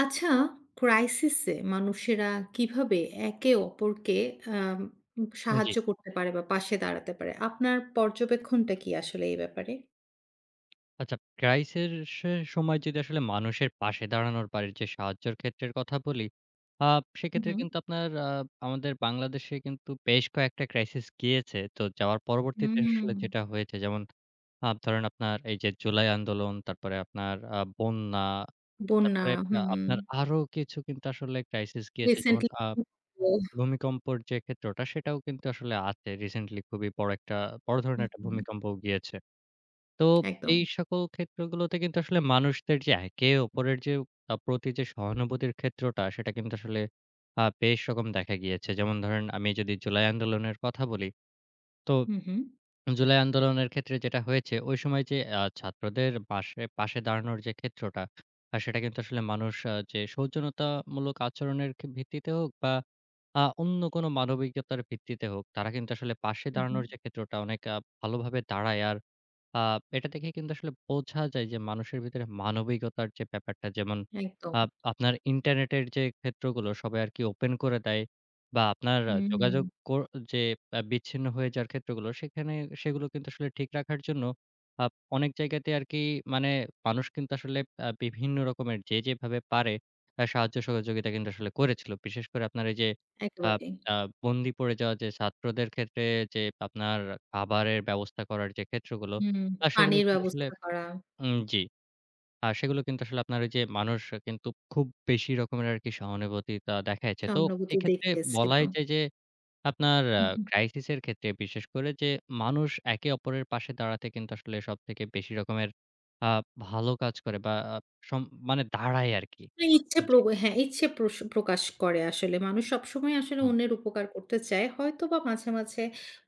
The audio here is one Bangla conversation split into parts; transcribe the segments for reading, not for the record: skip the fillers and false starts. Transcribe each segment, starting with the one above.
আচ্ছা, ক্রাইসিস এ মানুষেরা কিভাবে একে অপরকে আম জি। সাহায্য করতে পারে বা পাশে দাঁড়াতে পারে? আপনার পর্যবেক্ষণটা কি আসলে এই ব্যাপারে? আচ্ছা, ক্রাইসের সে সময় যদি আসলে মানুষের পাশে দাঁড়ানোর পারে যে সাহায্যের ক্ষেত্রের কথা বলি, আ হু, হু। সেক্ষেত্রে কিন্তু আপনার আমাদের বাংলাদেশে কিন্তু বেশ কয়েকটা ক্রাইসিস গিয়েছে। তো যাওয়ার পরবর্তীতে হুম। আসলে যেটা হয়েছে, যেমন ধরেন আপনার এই যে জুলাই আন্দোলন, তারপরে আপনার বন্যা, বন্যা। তারপরে হুম। আপনার আরো কিছু কিন্তু আসলে ক্রাইসিস গিয়েছে। যেমন রিসেন্টলি। ভূমিকম্পর যে ক্ষেত্রটা সেটাও কিন্তু আসলে আছে। রিসেন্টলি খুবই বড় হুম, ধরনের একটা হুম। ভূমিকম্প গিয়েছে। তো একদম। এই সকল ক্ষেত্রগুলোতে কিন্তু আসলে মানুষদের যে একে অপরের যে প্রতি যে সহানুভূতির ক্ষেত্রটা সেটা কিন্তু আসলে বেশ রকম দেখা গিয়েছে। যেমন ধরেন, আমি যদি জুলাই আন্দোলনের কথা বলি, তো হুম, হুম। জুলাই আন্দোলনের ক্ষেত্রে যেটা হয়েছে, ওই সময় যে ছাত্রদের পাশে পাশে দাঁড়ানোর যে ক্ষেত্রটা, সেটা কিন্তু আসলে মানুষ যে সৌজন্যতামূলক আচরণের ভিত্তিতে হোক বা অন্য কোনো মানবিকতার ভিত্তিতে হোক, তারা কিন্তু আসলে পাশে হুম, হুম। দাঁড়ানোর যে ক্ষেত্রটা অনেক ভালোভাবে দাঁড়ায়। আর আ এটা দেখে কিন্তু আসলে বোঝা যায় যে মানুষের ভিতরে মানবিকতার যে ব্যাপারটা, যেমন একদম। আপনার ইন্টারনেটের যে ক্ষেত্রগুলো সবাই আরকি ওপেন করে দেয়। বা আপনার হুম, যোগাযোগ যে বিচ্ছিন্ন হয়ে যাওয়ার ক্ষেত্রগুলো, সেখানে সেগুলো কিন্তু আসলে ঠিক রাখার জন্য অনেক জায়গাতে আরকি, মানে মানুষ কিন্তু আসলে বিভিন্ন রকমের যে যেভাবে পারে সাহায্য সহযোগিতা কিন্তু আসলে করেছিল। বিশেষ করে আপনার এই যে আ একেবারেই। আ বন্দি পড়ে যাওয়া যে ছাত্রদের ক্ষেত্রে, যে আপনার খাবারের ব্যবস্থা করার যে ক্ষেত্রগুলো, হুম, সেগুলো পানির কিন্তু আসলে ব্যবস্থা করা। জি। সেগুলো কিন্তু আসলে আপনার ওই যে মানুষ কিন্তু খুব বেশি রকমের আরকি সহানুভূতিতা দেখাইছে। তো সহানুভূতি এক্ষেত্রে দেখিয়েছিল। বলাই যায় যে আপনার হুম, হুম। ক্রাইসিস এর ক্ষেত্রে বিশেষ করে যে মানুষ একে অপরের পাশে দাঁড়াতে কিন্তু আসলে সবথেকে বেশি রকমের আ ভালো কাজ করে বা সম মানে দাঁড়ায় আরকি। মানে ইচ্ছে প্র জি। হ্যাঁ, ইচ্ছে প্রকাশ করে আসলে। মানুষ সবসময় আসলে হুম, অন্যের উপকার করতে চায়। হয়তোবা মাঝে, মাঝে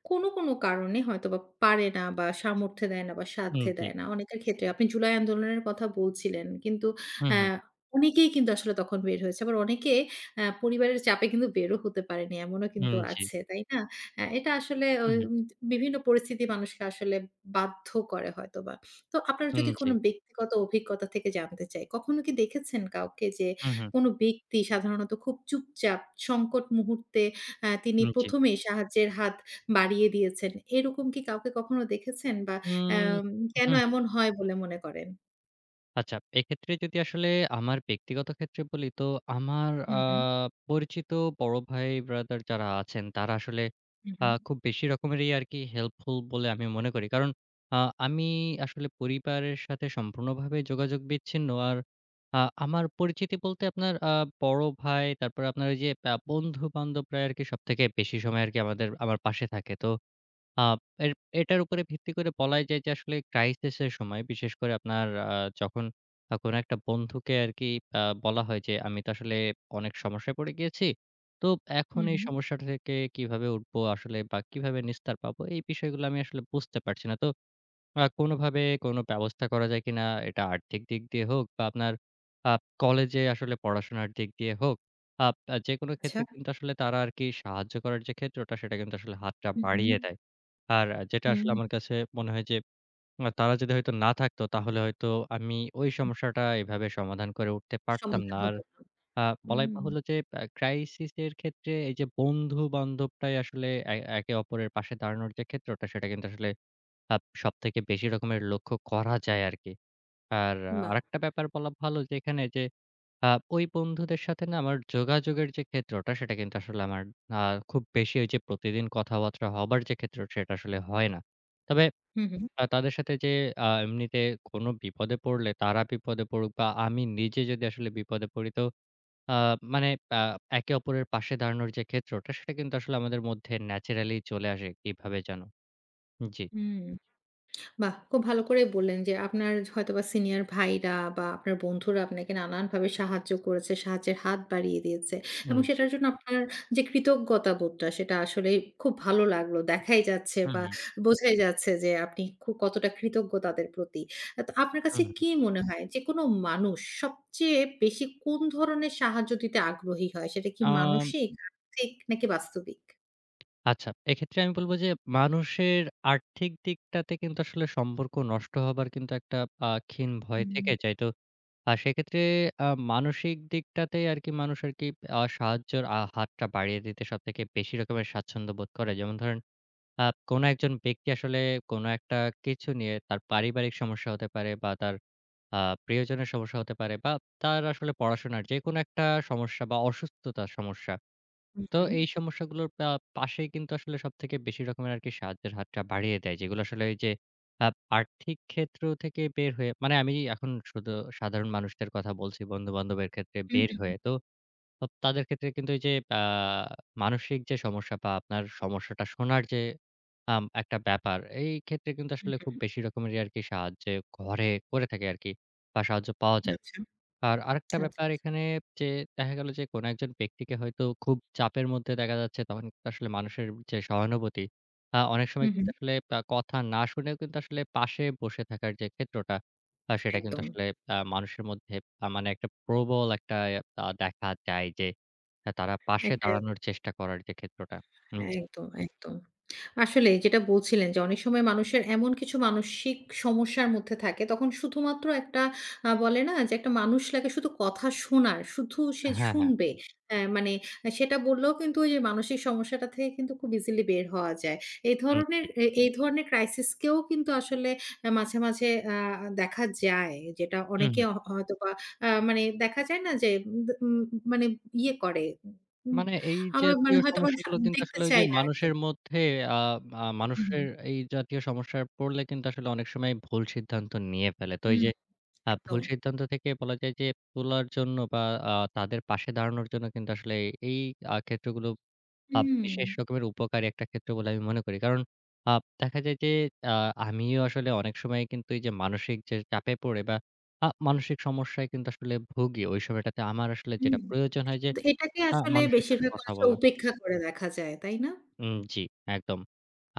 কোনো, কোনো কারণে হয়তোবা পারে না বা সামর্থ্যে দেয় না বা হুম, সাধ্যে জি। দেয় না। অনেকের ক্ষেত্রে আপনি জুলাই আন্দোলনের কথা বলছিলেন। কিন্তু হুম, অ্যা হুম, অনেকেই কিন্তু আসলে তখন বের হয়েছে। আবার অনেকে পরিবারের চাপে কিন্তু বেরও হতে পারেনি। এমনও কিন্তু হুম, জি। আছে, তাই না? এটা আসলে ওই হুম, হুম, বিভিন্ন পরিস্থিতি মানুষকে আসলে বাধ্য করে হয়তোবা। তো আপনার হুম, যদি জি। কোনো ব্যক্তিগত অভিজ্ঞতা থেকে জানতে চাই, কখনো কি দেখেছেন কাউকে যে হুম, হুম, কোনো ব্যক্তি সাধারণত খুব চুপচাপ সংকট মুহূর্তে তিনি হুম, জি। প্রথম এই সাহায্যের হাত বাড়িয়ে দিয়েছেন। এরকম কি কাউকে কখনো দেখেছেন বা উম অ্যাম কেন হুম, এমন হয় বলে মনে করেন? আচ্ছা, এক্ষেত্রে যদি আসলে আমার ব্যক্তিগত ক্ষেত্রে বলি, তো আমার হু, হু, পরিচিত বড় ভাই ব্রাদার যারা আছেন তারা আসলে হু, হু, খুব বেশি রকমেরই আরকি হেল্পফুল বলে আমি মনে করি। কারণ আ আমি আসলে পরিবারের সাথে সম্পূর্ণভাবে যোগাযোগ বিচ্ছিন্ন। আর আ আমার পরিচিতি বলতে আপনার বড় ভাই, তারপরে আপনার ওই যে বন্ধু-বান্ধবরাই আরকি সবথেকে বেশি সময় আরকি আমাদের আমার পাশে থাকে। তো আ এর এটার উপরে ভিত্তি করে বলাই যায় যে আসলে ক্রাইসিস এর সময় বিশেষ করে আপনার যখন কোনো একটা বন্ধুকে আরকি বলা হয় যে, "আমি তো আসলে অনেক সমস্যায় পড়ে গিয়েছি। তো হু, এখন এই হু। সমস্যাটা থেকে কিভাবে উঠবো আসলে বা কিভাবে নিস্তার পাবো?" এই বিষয়গুলো আমি আসলে বুঝতে পারছি না। তো কোনোভাবে কোনো ব্যবস্থা করা যায় কিনা? এটা আর্থিক দিক দিয়ে হোক বা আপনার আ কলেজে আসলে পড়াশোনার দিক দিয়ে হোক, যেকোনো আচ্ছা। ক্ষেত্রে কিন্তু আসলে তারা আরকি সাহায্য করার যে ক্ষেত্রটা, সেটা কিন্তু আসলে হাতটা হু, হু, বাড়িয়ে দেয়। আর যেটা আসলে হুম। আমার কাছে মনে হয় যে, তারা যদি হয়তো না থাকতো, তাহলে হয়তো আমি ওই সমস্যাটা এভাবে সমাধান করে উঠতে পারতাম সমাধান না। আর হতো না। আ বলাই হুম, বাহুল্য যে ক্রাইসিস এর ক্ষেত্রে এই যে বন্ধু-বান্ধবটাই আসলে একে অপরের পাশে দাঁড়ানোর যে ক্ষেত্রটা সেটা কিন্তু আসলে আ সবথেকে বেশি রকমের লক্ষ্য করা যায় আরকি। আর বাহ! আরেকটা ব্যাপার বলা ভালো যে এখানে যে আ ওই বন্ধুদের সাথে না আমার যোগাযোগের যে ক্ষেত্রটা সেটা কিন্তু আসলে আমার আ খুব বেশি ওই যে প্রতিদিন কথাবার্তা হবার যে ক্ষেত্র সেটা আসলে হয় না। তবে হু, হু, তাদের সাথে যে এমনিতে কোনো বিপদে পড়লে তারা বিপদে পড়ুক বা আমি নিজে যদি আসলে বিপদে পড়ি, তো আ মানে আ একে অপরের পাশে দাঁড়ানোর যে ক্ষেত্রটা সেটা কিন্তু আসলে আমাদের মধ্যে ন্যাচারালি চলে আসে কিভাবে যেন। জি, হুম। বাহ! খুব ভালো করেই বললেন যে, আপনার হয়তোবা সিনিয়র ভাইরা বা আপনার বন্ধুরা আপনাকে নানানভাবে সাহায্য করেছে, সাহায্যের হাত বাড়িয়ে দিয়েছে এবং জি। সেটার জন্য আপনার যে কৃতজ্ঞতা বোধটা সেটা আসলেই খুব ভালো লাগলো। দেখাই যাচ্ছে হুম, বা হুম, বোঝাই যাচ্ছে যে আপনি কতটা কৃতজ্ঞ তাদের প্রতি। তো আপনার কাছে হুম, হুম। কি মনে হয় যে কোনো মানুষ সবচেয়ে বেশি কোন ধরনের সাহায্য দিতে আগ্রহী হয়? সেটা কি আম মানসিক, আর্থিক নাকি বাস্তবিক? আচ্ছা, এক্ষেত্রে আমি বলব যে মানুষের আর্থিক দিকটাতে কিন্তু আসলে সম্পর্ক নষ্ট হবার কিন্তু একটা ক্ষীণ ভয় হুম। থেকে যায়। তো সেক্ষেত্রে আ মানসিক দিকটাতে আরকি মানুষ আরকি সাহায্যের হাতটা বাড়িয়ে দিতে সবথেকে বেশি রকমের স্বাচ্ছন্দ্য বোধ করে। যেমন ধরেন, কোনো একজন ব্যক্তি আসলে কোনো একটা কিছু নিয়ে তার পারিবারিক সমস্যা হতে পারে বা তার আ প্রিয়জনের সমস্যা হতে পারে বা তার আসলে পড়াশোনার যেকোনো একটা সমস্যা বা অসুস্থতার সমস্যা। হুম, তো হুম। এই সমস্যাগুলোর পাশেই কিন্তু আসলে সবথেকে বেশি রকমের আরকি সাহায্যের হাতটা বাড়িয়ে দেয়। যেগুলো আসলে ওই যে আ আর্থিক ক্ষেত্র থেকে বের হয়ে, মানে আমি এখন শুধু সাধারণ মানুষদের কথা বলছি, বন্ধু-বান্ধবের ক্ষেত্রে হুম, বের হুম, হয়ে। তো তাদের ক্ষেত্রে কিন্তু এই যে আ মানসিক যে সমস্যা বা আপনার সমস্যাটা শোনার যে একটা ব্যাপার, এই ক্ষেত্রে কিন্তু হুম, আসলে খুব হুম। বেশি রকমেরই আরকি সাহায্যে ঘরে করে থাকে আরকি বা সাহায্য পাওয়া যায়। আচ্ছা, আর আরেকটা আচ্ছা, ব্যাপার আচ্ছা। এখানে যে দেখা গেল যে কোনো একজন ব্যক্তিকে হয়তো খুব চাপের মধ্যে দেখা যাচ্ছে, তখন কিন্তু আসলে মানুষের যে সহানুভূতি, অনেক সময় হুম, কিন্তু হুম। আসলে কথা না শুনেও কিন্তু আসলে পাশে বসে থাকার যে ক্ষেত্রটা, সেটা কিন্তু একদম। আসলে মানুষের মধ্যে মানে একটা প্রবল একটা দেখা যায় যে তারা পাশে একটা দাঁড়ানোর চেষ্টা করার যে ক্ষেত্রটা। জি। একদম, একদম। আসলে যেটা বলছিলেন যে অনেক সময় মানুষের এমন কিছু মানসিক সমস্যার মধ্যে থাকে তখন শুধুমাত্র একটা বলে না যে একটা মানুষ লাগে শুধু কথা শোনার, শুধু সে হ্যাঁ, হ্যাঁ। শুনবে। মানে সেটা বললেও কিন্তু ওই যে মানসিক সমস্যাটা থেকে কিন্তু খুব ইজিলি বের হওয়া যায়। এই ধরনের জি। এই ধরনের ক্রাইসিস কেও কিন্তু আসলে মাঝে, মাঝে দেখা যায়। যেটা হুম, অনেকে হুম। হয়তোবা মানে দেখা যায় না যে উম উম মানে ইয়ে করে। উম মানে এই আমরা মানে জাতীয় হয়তোবা সমস্যাগুলো কিন্তু দেখতে আসলে ওই যে চাই না আরকি। মানুষের মধ্যে আ আ হুম, হুম। মানুষের এই জাতীয় সমস্যায় পড়লে কিন্তু আসলে অনেক সময় ভুল সিদ্ধান্ত নিয়ে ফেলে। তো এই হুম, যে ভুল একদম। সিদ্ধান্ত থেকে বলা যায় যে তোলার জন্য বা তাদের পাশে দাঁড়ানোর জন্য কিন্তু আসলে এই ক্ষেত্রগুলো হুম, বিশেষ রকমের উপকারী একটা ক্ষেত্র বলে আমি মনে করি। কারণ আ দেখা যায় যে আ আমিও আসলে অনেক সময় কিন্তু এই যে মানসিক যে চাপে পড়ে বা মানসিক সমস্যায় কিন্তু আসলে ভুগি। ওই সময়টাতে আমার আসলে হুম। যেটা প্রয়োজন হয় যে তো এটাকে আসলে মানুষের সাথে বেশিরভাগ কথা মানুষের বলা। উপেক্ষা করে দেখা যায়, তাই না? জি, একদম।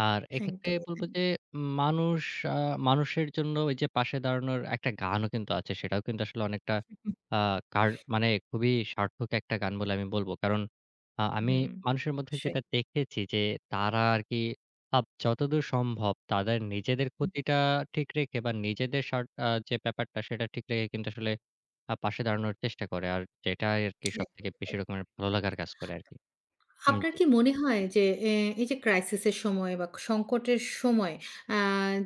আর এক্ষেত্রে একদমই বলব তাই। যে মানুষ আ মানুষের জন্য ওই যে পাশে দাঁড়ানোর একটা গানও কিন্তু আছে। সেটাও কিন্তু আসলে অনেকটা হুম, আ মানে খুবই সার্থক একটা গান বলে আমি বলব। কারণ হুম, আমি হুম। মানুষের মধ্যে অবশ্যই। যেটা দেখেছি যে তারা আরকি যতদূর সম্ভব তাদের নিজেদের হুম, ক্ষতিটা ঠিক রেখে বা নিজেদের স্বার্থ যে ব্যাপারটা সেটা ঠিক রেখে কিন্তু আসলে পাশে দাঁড়ানোর চেষ্টা করে। আর যেটাই আরকি সবথেকে একদমই তাই। বেশি রকমের ভালো লাগার কাজ করে আরকি। আপনার জি। কি মনে হয় যে এ এই যে ক্রাইসিস এর সময় বা সংকটের সময় আ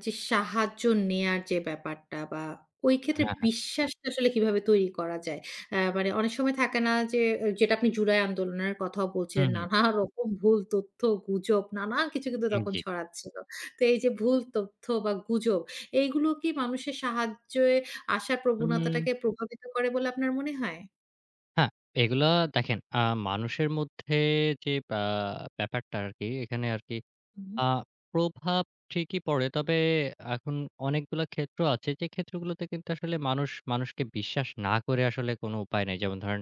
যে সাহায্য নেয়ার যে ব্যাপারটা বা ওই ক্ষেত্রে হ্যাঁ, হ্যাঁ। বিশ্বাসটা আসলে কিভাবে তৈরি করা যায়? মানে অনেক সময় থাকে না যে যেটা আপনি জুলাই আন্দোলনের কথাও বলছিলেন, হুম, হুম। নানা রকম ভুল তথ্য, গুজব নানা কিছু কিন্তু তখন জি। ছড়াচ্ছিল। তো এই যে ভুল তথ্য বা গুজব এইগুলো কি মানুষের সাহায্যে আসার উম প্রবণতাটাকে প্রভাবিত করে বলে আপনার মনে হয়? হ্যাঁ, এগুলা দেখেন, মানুষের মধ্যে যে আ ব্যাপারটা আরকি, এখানে আরকি হুম। আ প্রভাব ঠিকই পড়ে। তবে এখন অনেকগুলা ক্ষেত্র আছে যে ক্ষেত্রগুলোতে কিন্তু আসলে মানুষ মানুষকে বিশ্বাস না করে আসলে কোনো উপায় নেই। যেমন ধরেন,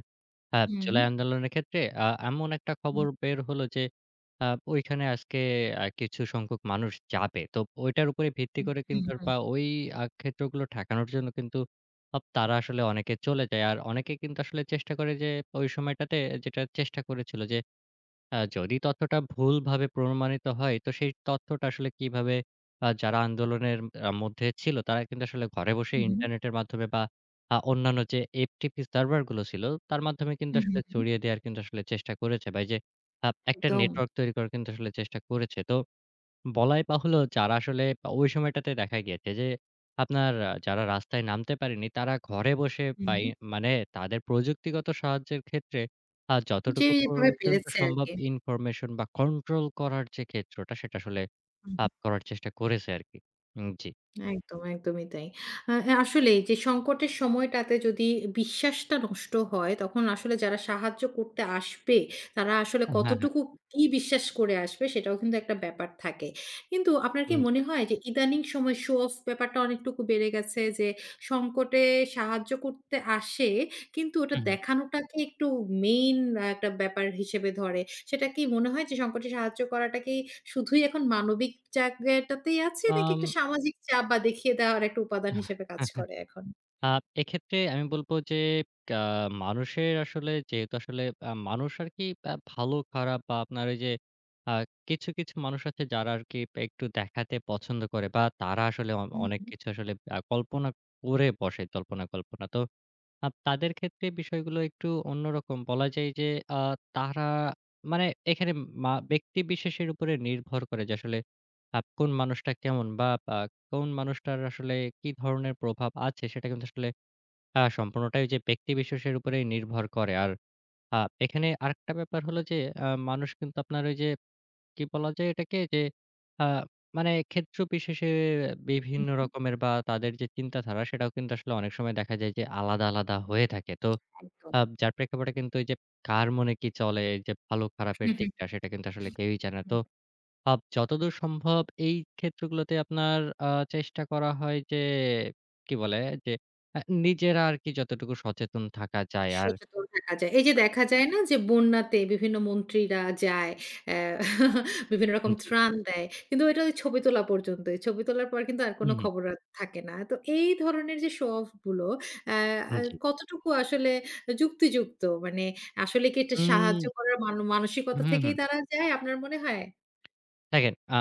আ হুম। জুলাই আন্দোলনের ক্ষেত্রে এমন একটা হুম, খবর বের হলো যে আ ওইখানে আজকে কিছু সংখ্যক মানুষ যাবে। তো ওইটার উপরে ভিত্তি হুম, করে কিন্তু, হুম, বা ওই ক্ষেত্রগুলো ঠেকানোর জন্য কিন্তু তারা আসলে অনেকে চলে যায়। আর অনেকে কিন্তু আসলে চেষ্টা করে যে ওই সময়টাতে যেটা চেষ্টা করেছিল যে যদি তথ্যটা ভুলভাবে প্রমাণিত হয়, তো সেই তথ্যটা আসলে কিভাবে যারা আন্দোলনের মধ্যে ছিল, তারা কিন্তু আসলে ঘরে বসে হুম, হুম। ইন্টারনেটের মাধ্যমে বা অন্যান্য যে FTP সার্ভার গুলো ছিল, তার মাধ্যমে কিন্তু হুম, আসলে হুম, হুম। ছড়িয়ে দেওয়ার কিন্তু আসলে চেষ্টা করেছে, বা এই যে একটা একদম। নেটওয়ার্ক তৈরি করার কিন্তু আসলে চেষ্টা করেছে। তো বলাই বাহুল্য, যারা আসলে ওই সময়টাতে দেখা গিয়েছে যে, আপনার যারা রাস্তায় নামতে পারেনি তারা ঘরে বসে বা হুম। মানে তাদের প্রযুক্তিগত সাহায্যের ক্ষেত্রে যতটুকু যেভাবে পর্যন্ত পেরেছে সম্ভব আরকি। ইনফরমেশন বা কন্ট্রোল করার যে ক্ষেত্রটা সেটা আসলে হুম, হুম। করার চেষ্টা করেছে আরকি। জি। একদম, একদমই তাই। আ আসলেই যে সংকটের সময়টাতে যদি বিশ্বাসটা নষ্ট হয়, তখন আসলে যারা সাহায্য করতে আসবে, তারা আসলে হ্যাঁ, হ্যাঁ। কতটুকু কি বিশ্বাস করে আসবে সেটাও কিন্তু একটা ব্যাপার থাকে। কিন্তু আপনার কি জি। মনে হয় যে ইদানিং সময় শো অফ ব্যাপারটা অনেকটুকু বেড়ে গেছে যে সংকটে সাহায্য করতে আসে কিন্তু ওটা হু, হু। দেখানোটাকে একটু মেইন একটা ব্যাপার হিসেবে ধরে। সেটা কি মনে হয় যে সংকটে সাহায্য করাটা কি শুধুই এখন মানবিক জায়গাটাতেই আছে নাকি আম একটা সামাজিক চাপ বা দেখিয়ে দেওয়ার একটা উপাদান হিসেবে কাজ করে এখন? আ এক্ষেত্রে আমি বলব যে আ মানুষের আসলে যেহেতু আসলে মানুষ আরকি ভালো খারাপ বা আপনার ওই যে আ কিছু, কিছু মানুষ আছে যারা আরকি একটু দেখাতে পছন্দ করে বা তারা আসলে হুম, অনেক হুম, কিছু আসলে কল্পনা করে বসে, কল্পনা, কল্পনা। তো তাদের ক্ষেত্রে বিষয়গুলো একটু অন্যরকম। বলা যায় যে আ তারা, মানে এখানে ব্যক্তি বিশেষের উপরে নির্ভর করে যে আসলে কোন মানুষটা কেমন বা আ কোন মানুষটার আসলে কি ধরনের প্রভাব আছে, সেটা কিন্তু আসলে সম্পূর্ণটাই ওইযে ব্যক্তি বিশেষের উপরেই নির্ভর করে। আর আ এখানে আরেকটা ব্যাপার হলো যে আ মানুষ কিন্তু আপনার ওইযে, কি বলা যায় এটাকে? যে আ মানে ক্ষেত্র বিশেষে হুম, বিভিন্ন হুম, রকমের বা তাদের যে চিন্তাধারা সেটাও কিন্তু আসলে অনেক সময় দেখা যায় যে আলাদা, আলাদা হয়ে থাকে। তো একদম। যার প্রেক্ষাপটে কিন্তু ওইযে কার মনে কি চলে, এই যে ভালো খারাপের হুম, হুম। দিকটা, সেটা কিন্তু আসলে কেউই জানে না। হুম। তো যতদূর সম্ভব এই ক্ষেত্রগুলোতে আপনার চেষ্টা করা হয় যে, কি বলে? যে আ নিজেরা আরকি যতটুকু সচেতন থাকা যায়। আর সচেতন থাকা যায়। এই যে দেখা যায় না যে বন্যাতে বিভিন্ন মন্ত্রীরা যায়, অ্যা বিভিন্ন রকম জি, ত্রাণ দেয়। কিন্তু এটা ওই ছবি তোলা পর্যন্তই। ছবি তোলার পর কিন্তু আর কোনো হুম, খবর আর থাকে না। তো এই ধরনের যে শো অফ গুলো অ্যা আ হুম, জি। কতটুকু আসলে যুক্তিযুক্ত? মানে আসলে কি এটা সাহায্য উম করার মানসিকতা হুম, থেকেই হুম। তারা যায় আপনার মনে হয়? দেখেন,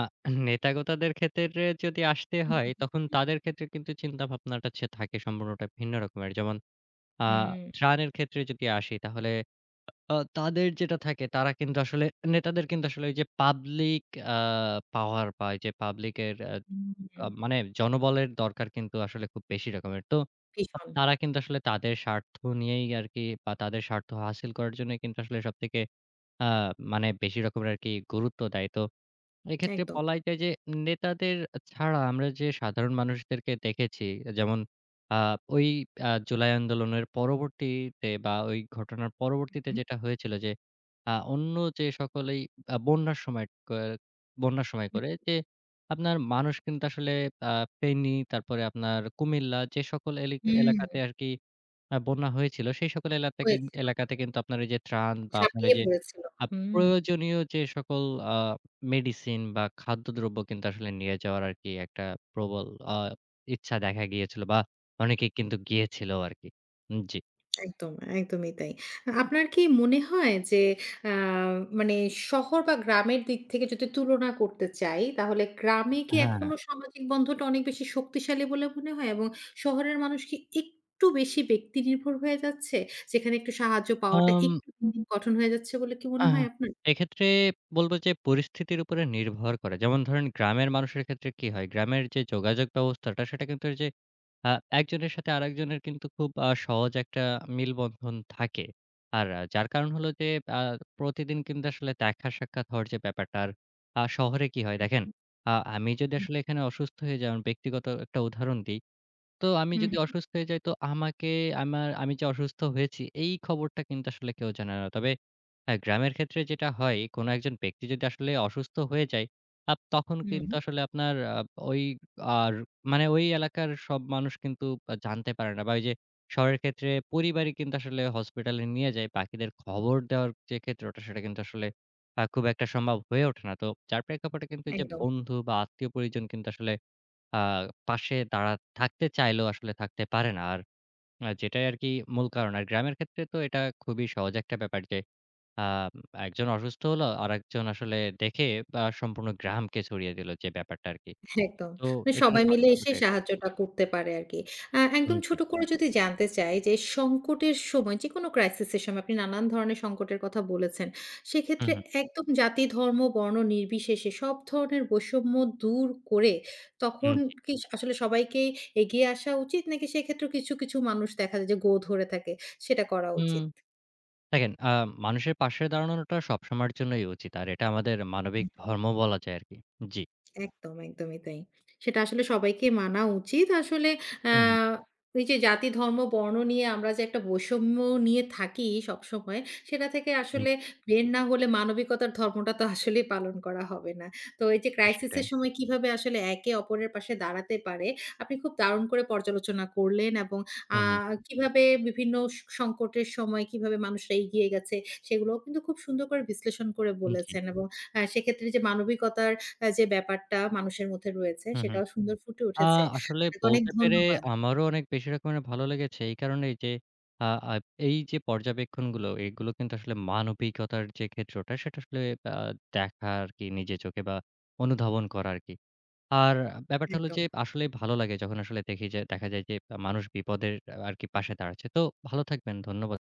নেতাগোতাদের ক্ষেত্রে যদি আসতে হয়, তখন তাদের ক্ষেত্রে কিন্তু চিন্তাভাবনাটা থাকে সম্পূর্ণটা ভিন্ন রকমের। যেমন আ হুম, ত্রাণের ক্ষেত্রে যদি আসি, তাহলে তাদের যেটা থাকে, তারা কিন্তু আসলে নেতাদের কিন্তু আসলে ওই যে পাবলিক আ পাওয়ার বা এই যে পাবলিকের আ আ হুম। মানে জনবলের দরকার কিন্তু আসলে খুব বেশি রকমের। তো ভীষণ। তারা কিন্তু আসলে তাদের স্বার্থ নিয়েই আরকি, বা তাদের স্বার্থ হাসিল করার জন্যই কিন্তু আসলে সবথেকে আ মানে বেশি রকমের আরকি গুরুত্ব দেয়। তো এক্ষেত্রে একদম। বলাই যায় যে নেতাদের ছাড়া আমরা যে সাধারণ মানুষদেরকে দেখেছি, যেমন আ ওই জুলাই আন্দোলনের পরবর্তীতে বা ওই ঘটনার পরবর্তীতে হুম, যেটা হয়েছিল যে অন্য যে সকলেই আ বন্যার সময় ক বন্যার সময় হুম। করে যে আপনার মানুষ কিন্তু আসলে আ ফেনী, তারপরে আপনার কুমিল্লা, যে সকল হুম, এলাকাতে আরকি বন্যা হয়েছিল, সেই সকল হয়েছিল। এলাকাতে কিন্তু আপনার এই যে ত্রাণ বা আপনার ঝাঁপিয়ে এই যে পড়েছিল। হুম। প্রয়োজনীয় যে সকল আ মেডিসিন বা খাদ্যদ্রব্য কিন্তু আসলে নিয়ে যাওয়ার আরকি একটা প্রবল আ ইচ্ছা দেখা গিয়েছিল, বা অনেকে কিন্তু গিয়েছিল আরকি। জি। একদম, একদমই তাই। আপনার কি মনে হয় যে আ মানে শহর বা গ্রামের দিক থেকে যদি তুলনা করতে চাই, তাহলে গ্রামে কি হ্যাঁ। এখনো সামাজিক বন্ধনটা অনেক বেশি শক্তিশালী বলে মনে হয়? এবং শহরের মানুষ কি একটু বেশি ব্যক্তি নির্ভর হয়ে যাচ্ছে? যেখানে একটু সাহায্য পাওয়াটা একটু আম দিন, দিন কঠিন হয়ে যাচ্ছে বলে কি মনে আহ হয় আপনার? এক্ষেত্রে বলব যে পরিস্থিতির উপরে নির্ভর করে। যেমন ধরেন, গ্রামের মানুষের ক্ষেত্রে কি হয়? গ্রামের যে যোগাযোগ ব্যবস্থাটা সেটা কিন্তু এই যে আ একজনের সাথে আরেকজনের কিন্তু খুব সহজ একটা মিলবন্ধন থাকে। আর যার কারণ হলো যে আ প্রতিদিন কিন্তু আসলে দেখা সাক্ষাৎ হওয়ার যে ব্যাপারটা। আর শহরে কি হয় দেখেন, আমি যদি হুম, আসলে এখানে অসুস্থ হয়ে যাই, আমার ব্যক্তিগত একটা উদাহরণ দিই। তো আমি হুম, যদি অসুস্থ হয়ে যাই, তো আমাকে, আমার আমি যে অসুস্থ হয়েছি এই খবরটা কিন্তু আসলে কেউ জানে না। তবে হ্যাঁ, গ্রামের ক্ষেত্রে যেটা হয়, কোনো একজন ব্যক্তি যদি আসলে অসুস্থ হয়ে যায়, তখন হুম, হুম, কিন্তু আসলে আপনার ওই, আর মানে ওই এলাকার সব মানুষ কিন্তু জানতে পারে না, বা ওই যে শহরের ক্ষেত্রে পরিবারই কিন্তু আসলে হসপিটালে নিয়ে যায়। বাকিদের খবর দেওয়ার যে ক্ষেত্রটা সেটা কিন্তু আসলে খুব একটা সম্ভব হয়ে ওঠে না। তো যার প্রেক্ষাপটে কিন্তু এই যে একদম। বন্ধু বা আত্মীয় পরিজন কিন্তু আসলে আ পাশে থাকতে চাইলেও আসলে থাকতে পারে না। আর যেটাই আরকি মূল কারণ। আর গ্রামের ক্ষেত্রে তো এটা খুবই সহজ একটা ব্যাপার যে আ একজন অসুস্থ হলো, আরেকজন আসলে দেখে সম্পূর্ণ গ্রামকে ছড়িয়ে দিল যে ব্যাপারটা আরকি। একদম। তো মানে এখানে সবাই মিলে এসে পার্থক্যটা এটাই। সাহায্যটা করতে পারে আরকি। একদম জি। ছোট করে যদি জানতে চাই যে সংকটের সময় যেকোনো ক্রাইসিস এর সময় আপনি নানান ধরনের সংকটের কথা বলেছেন। সেক্ষেত্রে হুম, হুম, একদম জাতি, ধর্ম, বর্ণ নির্বিশেষে সব ধরনের বৈষম্য দূর করে তখন হুম, জি। কি আসলে সবাইকেই এগিয়ে আসা উচিত নাকি সেক্ষেত্রেও কিছু, কিছু মানুষ দেখা যায় যে গো ধরে থাকে সেটা করা উম উচিত? দেখেন, মানুষের পাশে দাঁড়ানোটা সবসময়ের জন্যই উচিত। আর এটা আমাদের মানবিক ধর্ম বলা যায় আরকি। জি। একদম, একদমই তাই। সেটা আসলে সবাইকে মানা উচিত। আসলে আ হুম, হুম, এই যে জাতি, ধর্ম, বর্ণ নিয়ে আমরা যে একটা বৈষম্য নিয়ে থাকি সবসময়, সেটা থেকে হুম, আসলে জি। বের না হলে মানবিকতার ধর্মটা তো আসলেই পালন করা হবে না। তো এই যে ক্রাইসিস সেটাই। এর সময় কিভাবে আসলে একে অপরের পাশে দাঁড়াতে পারে, আপনি খুব দারুণ করে পর্যালোচনা করলেন এবং আ হুম, হুম, কিভাবে বিভিন্ন সংকটের সময় কিভাবে মানুষরা এগিয়ে গেছে, সেগুলোও কিন্তু খুব সুন্দর করে বিশ্লেষণ করে হুম, জি। বলেছেন এবং সেক্ষেত্রে যে মানবিকতার যে ব্যাপারটা মানুষের মধ্যে রয়েছে হুম, হুম। সেটাও সুন্দর ফুটে আ উঠেছে। আসলে আপনাকে অনেক বলতে পেরে ধন্যবাদ। আমারও অনেক বেশি রকমের ভালো লেগেছে। এই কারণেই যে আ আ এই যে পর্যবেক্ষণগুলো, এগুলো কিন্তু আসলে মানবিকতার যে ক্ষেত্রটা, সেটা আসলে আ দেখা আরকি নিজে চোখে, বা অনুধাবন করা আরকি। আর ব্যাপারটা হলো একদম। যে আসলেই ভালো লাগে যখন আসলে দেখি যে দেখা যায় যে মানুষ বিপদের আরকি পাশে দাঁড়াচ্ছে। তো ভালো থাকবেন। ধন্যবাদ।